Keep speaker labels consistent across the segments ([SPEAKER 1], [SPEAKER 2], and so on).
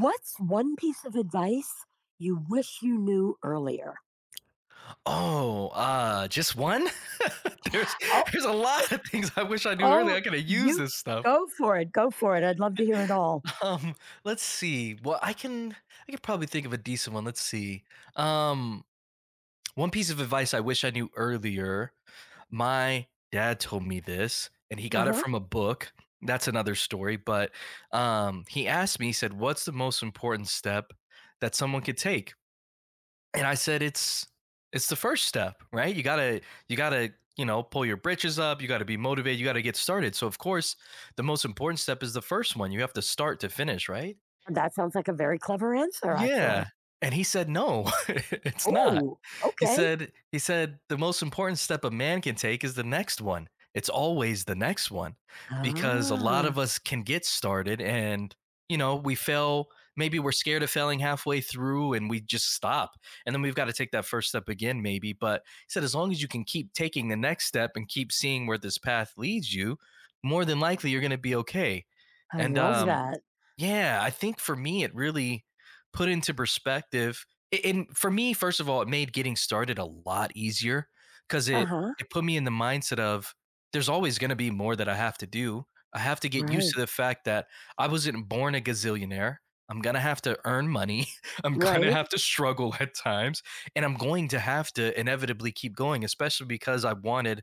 [SPEAKER 1] What's one piece of advice you wish you knew earlier?
[SPEAKER 2] Oh, just one? There's
[SPEAKER 1] Oh,
[SPEAKER 2] there's a
[SPEAKER 1] oh,
[SPEAKER 2] lot of things I wish I knew early. I
[SPEAKER 1] oh,
[SPEAKER 2] could have used
[SPEAKER 1] you
[SPEAKER 2] this stuff.
[SPEAKER 1] go for it. Go for it. I'd love to hear it all.
[SPEAKER 2] Um, let's see. Well, I could probably think of a decent one. Let's see. Um, one piece of advice I wish I knew earlier. My dad told me this, and he
[SPEAKER 1] Uh
[SPEAKER 2] got it
[SPEAKER 1] huh.
[SPEAKER 2] from a book. That's another story, but he asked me, he said, "What's the most important step that someone could take?" And I said it's the first step, right? You gotta pull your britches up. You gotta be motivated. You gotta get started. So of course, the most important step is the first one. You have to start to finish, right?
[SPEAKER 1] That sounds like a very clever answer,
[SPEAKER 2] Yeah.
[SPEAKER 1] actually.
[SPEAKER 2] And he said, no, it's not.
[SPEAKER 1] Oh,
[SPEAKER 2] He
[SPEAKER 1] okay.
[SPEAKER 2] said he said the most important step a man can take is the next one. It's always the next one because a lot
[SPEAKER 1] Ah,
[SPEAKER 2] of us can get started and we fail, maybe we're scared of failing halfway through and we just stop. And then we've got to take that first step again maybe, but he said as long as you can keep taking the next step and keep seeing where this path leads you, more than likely you're going to be okay.
[SPEAKER 1] I
[SPEAKER 2] And
[SPEAKER 1] love that.
[SPEAKER 2] yeah, I think for me, it really put into perspective. And for me, first of all, it made getting started a lot easier because
[SPEAKER 1] Uh
[SPEAKER 2] it
[SPEAKER 1] huh.
[SPEAKER 2] it put me in the mindset of there's always going to be more that I have to do. I have to get used to
[SPEAKER 1] Right.
[SPEAKER 2] the fact that I wasn't born a gazillionaire. I'm going to have to earn money. I'm going to
[SPEAKER 1] Right.
[SPEAKER 2] have to struggle at times. And I'm going to have to inevitably keep going, especially because I wanted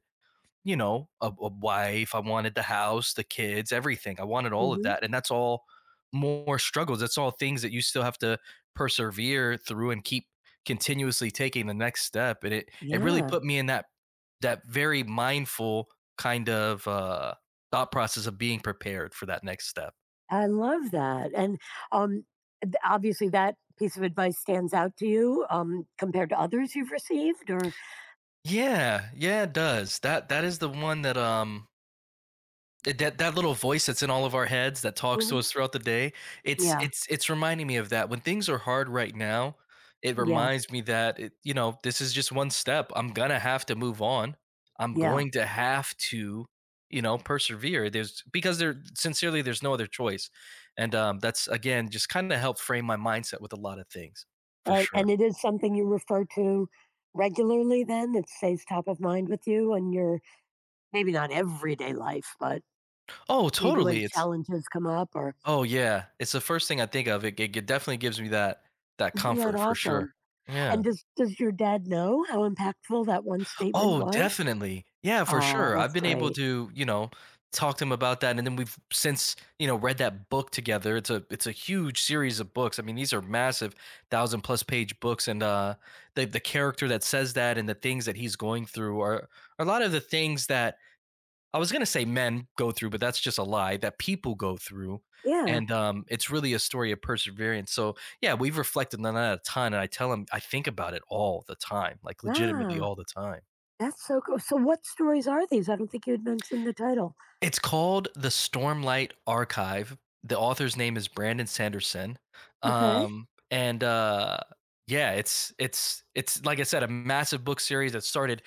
[SPEAKER 2] a wife. I wanted the house, the kids, everything. I wanted all of
[SPEAKER 1] Hmm.
[SPEAKER 2] that. And that's all more struggles. That's all things that you still have to persevere through and keep continuously taking the next step. And it really
[SPEAKER 1] Yeah,
[SPEAKER 2] put me in that very mindful kind of thought process of being prepared for that next step.
[SPEAKER 1] I love that. Um, Obviously, that piece of advice stands out to you compared to others you've received, or
[SPEAKER 2] Yeah. Yeah, it does. That is the one that little voice that's in all of our heads that talks to
[SPEAKER 1] Mhm.
[SPEAKER 2] us throughout the day. it's
[SPEAKER 1] Yeah,
[SPEAKER 2] it's it's reminding me of that when things are hard right now. It
[SPEAKER 1] yeah,
[SPEAKER 2] reminds me that it, you know this is just one step. I'm gonna have to move on. I'm
[SPEAKER 1] yeah.
[SPEAKER 2] going to have to persevere. There's Because there sincerely there's no other choice. And that's again just kind of helped frame my mindset with a lot of things, for
[SPEAKER 1] And
[SPEAKER 2] sure.
[SPEAKER 1] it is something you refer to regularly then? It stays top of mind with you in your maybe not everyday life, but
[SPEAKER 2] Oh,
[SPEAKER 1] maybe when
[SPEAKER 2] totally. It's
[SPEAKER 1] challenges come up, or
[SPEAKER 2] oh yeah, it's the first thing I think of. It definitely gives me that
[SPEAKER 1] isn't that
[SPEAKER 2] comfort, for sure.
[SPEAKER 1] awesome?
[SPEAKER 2] Yeah.
[SPEAKER 1] And does your dad know how impactful that one statement
[SPEAKER 2] Oh,
[SPEAKER 1] was?
[SPEAKER 2] definitely. Yeah, for
[SPEAKER 1] Aw,
[SPEAKER 2] sure. I've
[SPEAKER 1] that's
[SPEAKER 2] been able
[SPEAKER 1] great.
[SPEAKER 2] to, talk to him about that, and then we've since, read that book together. It's a huge series of books. I mean, these are massive, thousand plus page books, and the character that says that and the things that he's going through are a lot of the things that I was gonna say men go through, but that's just a lie that people go through.
[SPEAKER 1] Yeah.
[SPEAKER 2] And it's really a story of perseverance. So yeah, we've reflected on that a ton, and I tell him I think about it all the time, like legitimately
[SPEAKER 1] Wow.
[SPEAKER 2] all the time.
[SPEAKER 1] That's so cool. So what stories are these? I don't think you had mentioned the title.
[SPEAKER 2] It's called The Stormlight Archive. The author's name is Brandon Sanderson.
[SPEAKER 1] Okay.
[SPEAKER 2] Um, and, uh, yeah, it's like I said, a massive book series that started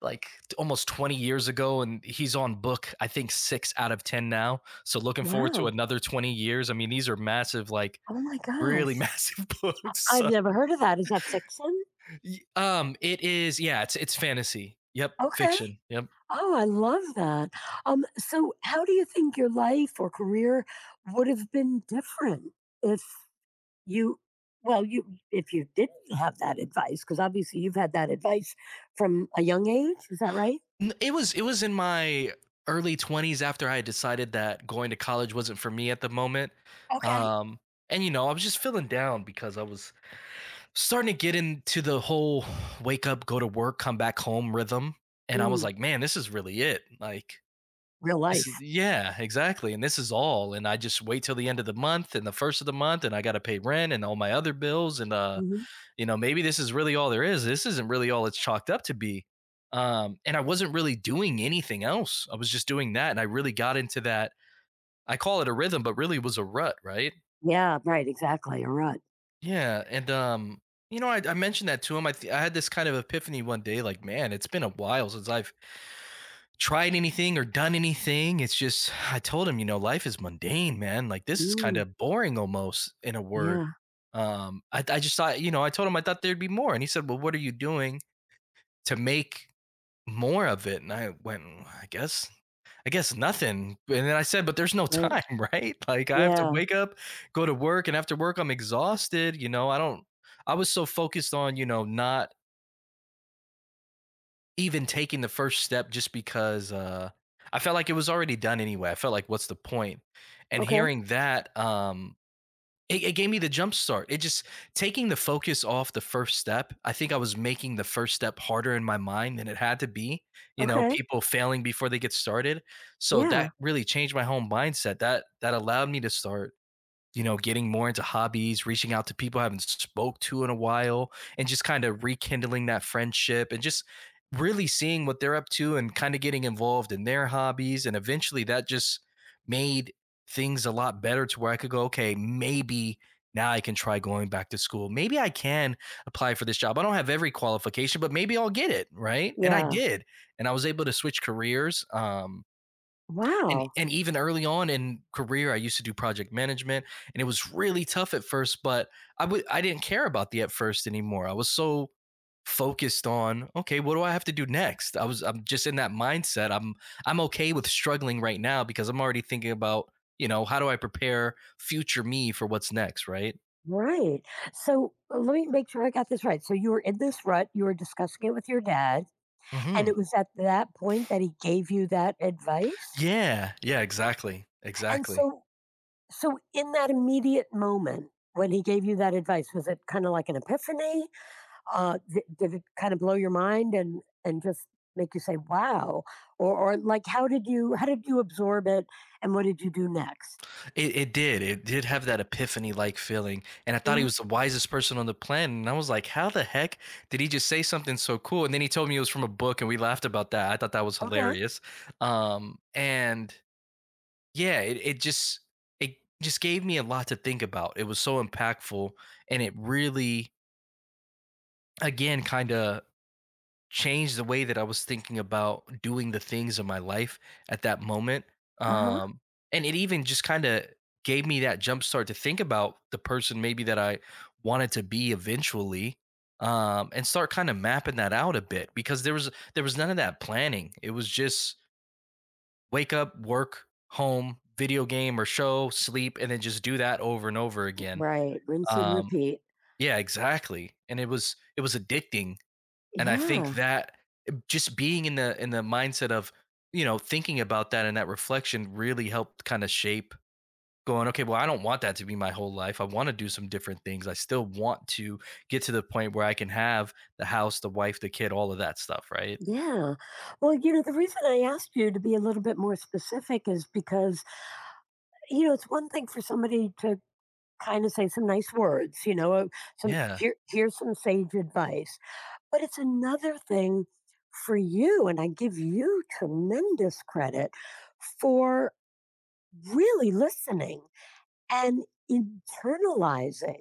[SPEAKER 2] like almost 20 years ago, and he's on book I think six out of 10 now. So looking forward to
[SPEAKER 1] Wow.
[SPEAKER 2] another 20 years. I mean, these are massive, like
[SPEAKER 1] Oh my
[SPEAKER 2] really
[SPEAKER 1] gosh.
[SPEAKER 2] massive books.
[SPEAKER 1] I've
[SPEAKER 2] So,
[SPEAKER 1] never heard of that. Is that fiction?
[SPEAKER 2] it is. Yeah, it's fantasy. Yep,
[SPEAKER 1] Okay.
[SPEAKER 2] fiction. Yep.
[SPEAKER 1] Oh, I love that. So how do you think your life or career would have been different if you you, if you didn't have that advice, because obviously you've had that advice from a young age, is that right?
[SPEAKER 2] It was in my early 20s after I had decided that going to college wasn't for me at the moment.
[SPEAKER 1] Okay.
[SPEAKER 2] Um and I was just feeling down because I was starting to get into the whole wake up, go to work, come back home rhythm, and I was
[SPEAKER 1] Mm,
[SPEAKER 2] like, man, this is really it. Like
[SPEAKER 1] real
[SPEAKER 2] this is
[SPEAKER 1] life.
[SPEAKER 2] yeah, exactly. And this is all and I just wait till the end of the month and the first of the month and I got to pay rent and all my other bills, and
[SPEAKER 1] Hmm.
[SPEAKER 2] maybe this is really all there is. This isn't really all it's chalked up to be. And I wasn't really doing anything else. I was just doing that, and I really got into that. I call it a rhythm, but really was a rut, right?
[SPEAKER 1] Yeah, right, exactly. A rut.
[SPEAKER 2] Yeah. And I mentioned that to him. I had this kind of epiphany one day like, man, it's been a while since I've tried anything or done anything. It's just I told him, life is mundane, man, like this is kind
[SPEAKER 1] Mm,
[SPEAKER 2] of boring, almost, in a word.
[SPEAKER 1] yeah,
[SPEAKER 2] I just thought, I told him I thought there'd be more, and he said, well, what are you doing to make more of it. And I went, "Well, I guess nothing." And then I said, but there's no
[SPEAKER 1] right.
[SPEAKER 2] time, right? Like I have to
[SPEAKER 1] Yeah.
[SPEAKER 2] wake up, go to work, and after work, I'm exhausted. You know, I don't, I was so focused on, not even taking the first step just because I felt like it was already done anyway. I felt like, what's the point? And
[SPEAKER 1] Okay.
[SPEAKER 2] hearing that, it gave me the jump start. It just taking the focus off the first step. I think I was making the first step harder in my mind than it had to be. You know,
[SPEAKER 1] Okay.
[SPEAKER 2] people failing before they get started. So
[SPEAKER 1] Yeah.
[SPEAKER 2] that really changed my whole mindset. That allowed me to start, getting more into hobbies, reaching out to people I haven't spoke to in a while, and just kind of rekindling that friendship and just really seeing what they're up to and kind of getting involved in their hobbies. And eventually that just made things a lot better to where I could go, okay, maybe now I can try going back to school. Maybe I can apply for this job. I don't have every qualification, but maybe I'll get it. Right. And I
[SPEAKER 1] Yeah.
[SPEAKER 2] did. And I was able to switch careers. And
[SPEAKER 1] Wow.
[SPEAKER 2] and even early on in career I used to do project management, and it was really tough at first, but I didn't care about the at first anymore. I was so focused on okay what do I have to do next I'm just in that mindset. I'm okay with struggling right now because I'm already thinking about, how do I prepare future me for what's next, right?
[SPEAKER 1] Right. So let me make sure I got this right. So you were in this rut, you were discussing it with your dad, and it
[SPEAKER 2] Hmm.
[SPEAKER 1] was at that point that he gave you that advice.
[SPEAKER 2] Yeah, yeah, exactly,
[SPEAKER 1] And
[SPEAKER 2] exactly.
[SPEAKER 1] so, so in that immediate moment when he gave you that advice, was it kind of like an epiphany? Did it kind of blow your mind, and just make you say wow? Or like how did you absorb it, and what did you do next?
[SPEAKER 2] It did. It did have that epiphany-like feeling, and I thought he
[SPEAKER 1] Mm,
[SPEAKER 2] was the wisest person on the planet, and I was like, "How the heck did he just say something so cool?" And then he told me it was from a book, and we laughed about that. I thought that was
[SPEAKER 1] okay.
[SPEAKER 2] hilarious. And yeah, it just gave me a lot to think about. It was so impactful, and it really, again, kinda changed the way that I was thinking about doing the things in my life at that moment.
[SPEAKER 1] Uh huh.
[SPEAKER 2] Um, and it even just kind of gave me that jump start to think about the person maybe that I wanted to be eventually. And start kind of mapping that out a bit because there was none of that planning. It was just wake up, work, home, video game or show, sleep, and then just do that over and over again.
[SPEAKER 1] Right. Rinse and
[SPEAKER 2] um
[SPEAKER 1] repeat.
[SPEAKER 2] yeah, exactly. And it was addicting. And I think
[SPEAKER 1] Yeah.
[SPEAKER 2] that just being in the mindset of, thinking about that and that reflection really helped kind of shape going, okay, well, I don't want that to be my whole life. I want to do some different things. I still want to get to the point where I can have the house, the wife, the kid, all of that stuff, right?
[SPEAKER 1] Yeah. Well, you know, the reason I asked you to be a little bit more specific is because, you know, it's one thing for somebody to kind of say some nice words, you know, some
[SPEAKER 2] Yeah.
[SPEAKER 1] here's some sage advice. But it's another thing for you, and I give you tremendous credit for really listening and internalizing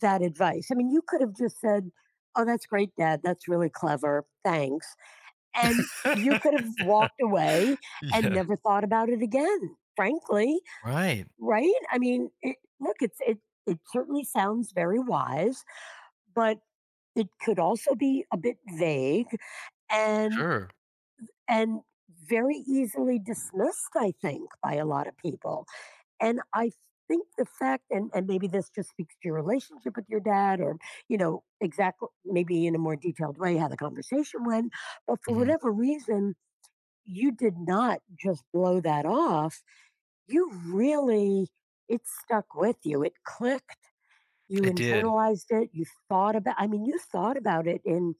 [SPEAKER 1] that advice. I mean, you could have just said, "Oh, that's great, dad. That's really clever. Thanks." And you could have walked away and
[SPEAKER 2] Yeah.
[SPEAKER 1] never thought about it again, frankly,
[SPEAKER 2] Right.
[SPEAKER 1] right? I mean, look, it certainly sounds very wise, but it could also be a bit vague and
[SPEAKER 2] Sure.
[SPEAKER 1] and very easily dismissed, I think, by a lot of people. And I think the fact and maybe this just speaks to your relationship with your dad, or you know exactly maybe in a more detailed way how the conversation went, but for
[SPEAKER 2] Mhm.
[SPEAKER 1] whatever reason you did not just blow that off. You really, it stuck with you. It clicked. You
[SPEAKER 2] It did.
[SPEAKER 1] internalized it. You thought about, I mean, you thought about it in,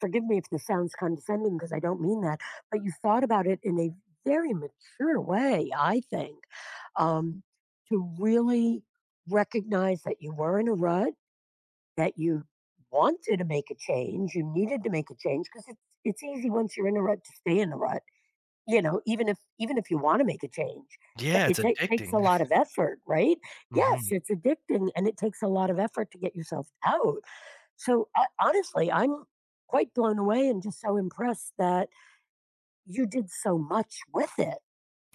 [SPEAKER 1] forgive me if this sounds condescending because I don't mean that, but you thought about it in a very mature way, I think. Um, to really recognize that you were in a rut, that you wanted to make a change, you needed to make a change, because it's easy once you're in a rut to stay in a rut. You know, even if you wanna make a change, that
[SPEAKER 2] Yeah,
[SPEAKER 1] it
[SPEAKER 2] it's
[SPEAKER 1] take takes
[SPEAKER 2] addicting.
[SPEAKER 1] a lot of effort, right? Yes,
[SPEAKER 2] Mhm.
[SPEAKER 1] it's addicting, and it takes a lot of effort to get yourself out. So, ho honestly, I'm quite blown away and just so impressed that you did so much with it,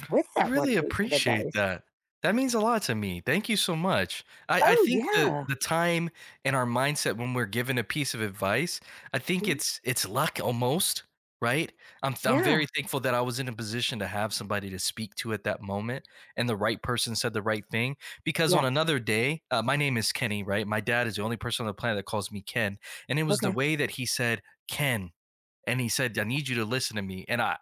[SPEAKER 1] with
[SPEAKER 2] I
[SPEAKER 1] that
[SPEAKER 2] really
[SPEAKER 1] one piece of
[SPEAKER 2] appreciate
[SPEAKER 1] advice.
[SPEAKER 2] that. That means a lot to me. Thank you so much. I
[SPEAKER 1] Oh,
[SPEAKER 2] think the
[SPEAKER 1] yeah.
[SPEAKER 2] the time and our mindset when we're given a piece of advice, I think
[SPEAKER 1] Mm,
[SPEAKER 2] it's luck almost, right? I'm
[SPEAKER 1] yeah.
[SPEAKER 2] very thankful that I was in a position to have somebody to speak to at that moment and the right person said the right thing because on
[SPEAKER 1] Yeah.
[SPEAKER 2] another day, my name is Kenny, right? My dad is the only person on the planet that calls me Ken, and it was the
[SPEAKER 1] Okay.
[SPEAKER 2] way that he said, "Ken." And he said, "I need you to listen to me." And I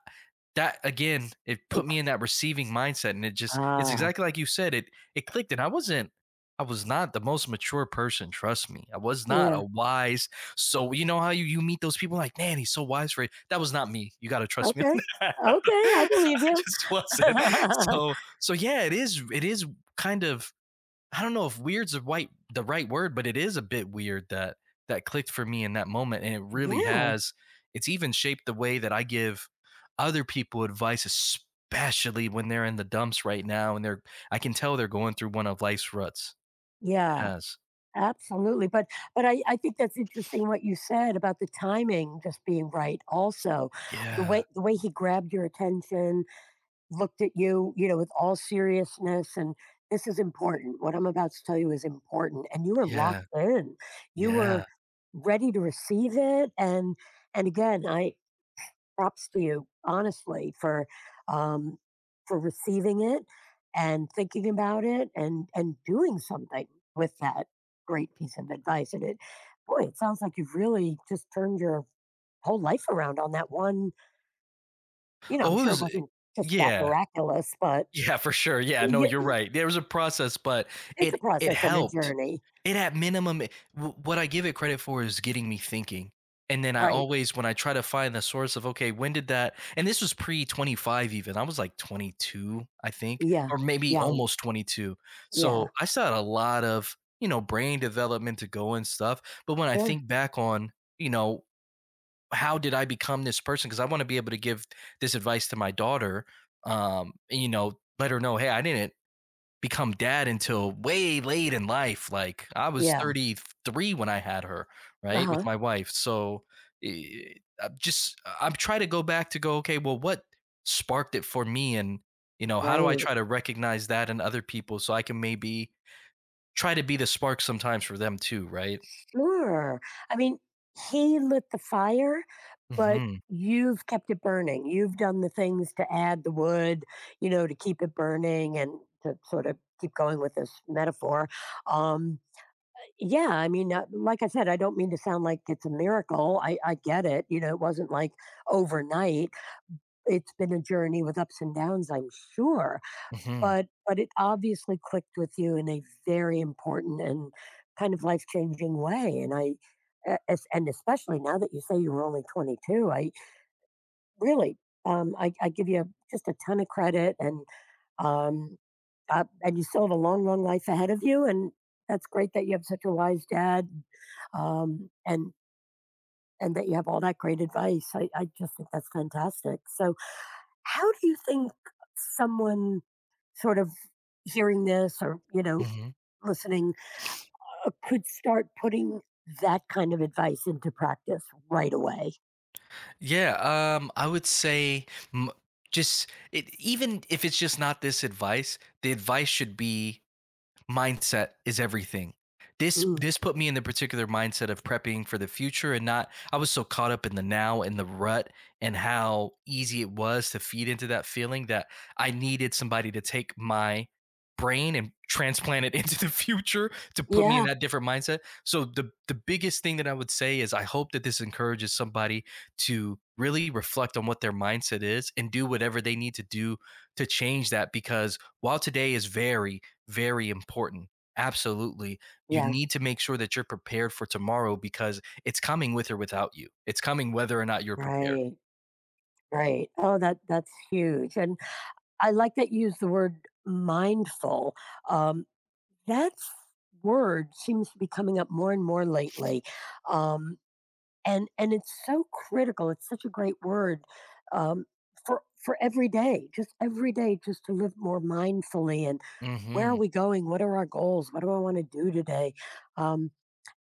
[SPEAKER 2] that again, it put
[SPEAKER 1] Hey,
[SPEAKER 2] me in that receiving mindset, and it's
[SPEAKER 1] ah,
[SPEAKER 2] exactly like you said. It clicked, and I wasn't. I was not the most mature person, trust me. I was not a
[SPEAKER 1] yeah.
[SPEAKER 2] wise. So you know how you meet those people like, man, he's so wise for it. That was not me. You got to trust me
[SPEAKER 1] Okay.
[SPEAKER 2] on that.
[SPEAKER 1] Okay, I
[SPEAKER 2] I
[SPEAKER 1] believe you.
[SPEAKER 2] just wasn't. So yeah, it is kind of, I don't know if weird's the right word, but it is a bit weird that that clicked for me in that moment, and it really
[SPEAKER 1] Yeah.
[SPEAKER 2] has. It's even shaped the way that I give other people advice, especially when they're in the dumps right now, and they're, I can tell they're going through one of life's ruts. It
[SPEAKER 1] Yeah.
[SPEAKER 2] has.
[SPEAKER 1] Absolutely, but I think that's interesting what you said about the timing just being right also.
[SPEAKER 2] Yeah,
[SPEAKER 1] The way he grabbed your attention, looked at you, you know, with all seriousness and this is important. What I'm about to tell you is important, and you were locked
[SPEAKER 2] yeah,
[SPEAKER 1] in. You
[SPEAKER 2] yeah.
[SPEAKER 1] were ready to receive it, and I, props to you, honestly, um, for receiving it and thinking about it, and doing something with that great piece of advice. And boy, it sounds like you've really just turned your whole life around on that one. You know, I'm
[SPEAKER 2] Oh, it
[SPEAKER 1] sure it
[SPEAKER 2] was,
[SPEAKER 1] wasn't just that
[SPEAKER 2] yeah.
[SPEAKER 1] miraculous, but
[SPEAKER 2] Yeah, for sure. Yeah, no,
[SPEAKER 1] y-
[SPEAKER 2] you're
[SPEAKER 1] y-
[SPEAKER 2] right. There was a process, but
[SPEAKER 1] it's a
[SPEAKER 2] it
[SPEAKER 1] process and a
[SPEAKER 2] helped.
[SPEAKER 1] journey,
[SPEAKER 2] It, at minimum, it w what I give it credit for is getting me thinking, and then I
[SPEAKER 1] right?
[SPEAKER 2] always, when I try to find the source of, "Okay, when did that," and this was pre-25 even. I was, like, 22, I think,
[SPEAKER 1] Yeah,
[SPEAKER 2] or maybe
[SPEAKER 1] young,
[SPEAKER 2] almost 22,
[SPEAKER 1] yeah,
[SPEAKER 2] so I still had a lot of, you know, brain development to go and stuff. But when I
[SPEAKER 1] sure,
[SPEAKER 2] think back on, you know, how did I become this person? Because I want to be able to give this advice to my daughter. And you know, let her know, hey, I didn't become dad until way late in life. Like, I was
[SPEAKER 1] yeah,
[SPEAKER 2] 33 when I had her,
[SPEAKER 1] uh
[SPEAKER 2] right, with
[SPEAKER 1] huh,
[SPEAKER 2] my wife. So eh, I'm just I'm trying to go back to go, okay, well, what sparked it for me, and you know, how do I
[SPEAKER 1] right.
[SPEAKER 2] try to recognize that in other people so I can maybe try to be the spark sometimes for them too, right?
[SPEAKER 1] Sure. I mean, he lit the fire, but
[SPEAKER 2] hmm
[SPEAKER 1] you've kept it burning. You've done the things to add the wood, you know, to keep it burning and to sort of keep going with this metaphor. Um, yeah, I mean, like I said, I don't mean to sound like it's a miracle. I get it. You know, it wasn't like overnight. It's been a journey with ups and downs, I'm sure.
[SPEAKER 2] hmm
[SPEAKER 1] But it obviously clicked with you in a very important and kind of life-changing way, and I e es and especially now that you say you were only 22, I really, I give you just a ton of credit, um, and you still have a long, long life ahead of you, and that's great that you have such a wise dad, and that you have all that great advice. I just think that's fantastic. So, how do you think someone sort of hearing this, or, you know,
[SPEAKER 2] hmm
[SPEAKER 1] listening, could start putting that kind of advice into practice right away?
[SPEAKER 2] Yeah, I would say, m- just it, even if it's just not this advice, the advice should be, mindset is everything. This
[SPEAKER 1] Mm.
[SPEAKER 2] this put me in the particular mindset of prepping for the future and not, I was so caught up in the now and the rut and how easy it was to feed into that feeling that I needed somebody to take my brain and transplant it into the future to put me in
[SPEAKER 1] Yeah.
[SPEAKER 2] that different mindset. So the biggest thing that I would say is I hope that this encourages somebody to really reflect on what their mindset is and do whatever they need to do to change that, because while today is varied very important. Absolutely. You
[SPEAKER 1] Yeah.
[SPEAKER 2] need to make sure that you're prepared for tomorrow, because it's coming with or without you. It's coming whether or not you're prepared.
[SPEAKER 1] Right. Right. Oh, that that's huge. And I like that you use the word mindful. Um, that word seems to be coming up more and more lately. Um, and it's so critical, it's such a great word, um, for every day, just every day, just to live more mindfully, and where are
[SPEAKER 2] Mhm.
[SPEAKER 1] we going, what are our goals, what do I want to do today? Um,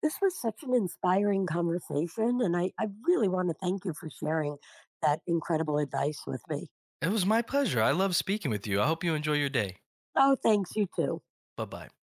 [SPEAKER 1] this was such an inspiring conversation, and I really want to thank you for sharing that incredible advice with me.
[SPEAKER 2] It was my pleasure. I love speaking with you. I hope you enjoy your day.
[SPEAKER 1] Oh, thanks, you too.
[SPEAKER 2] Bye-bye.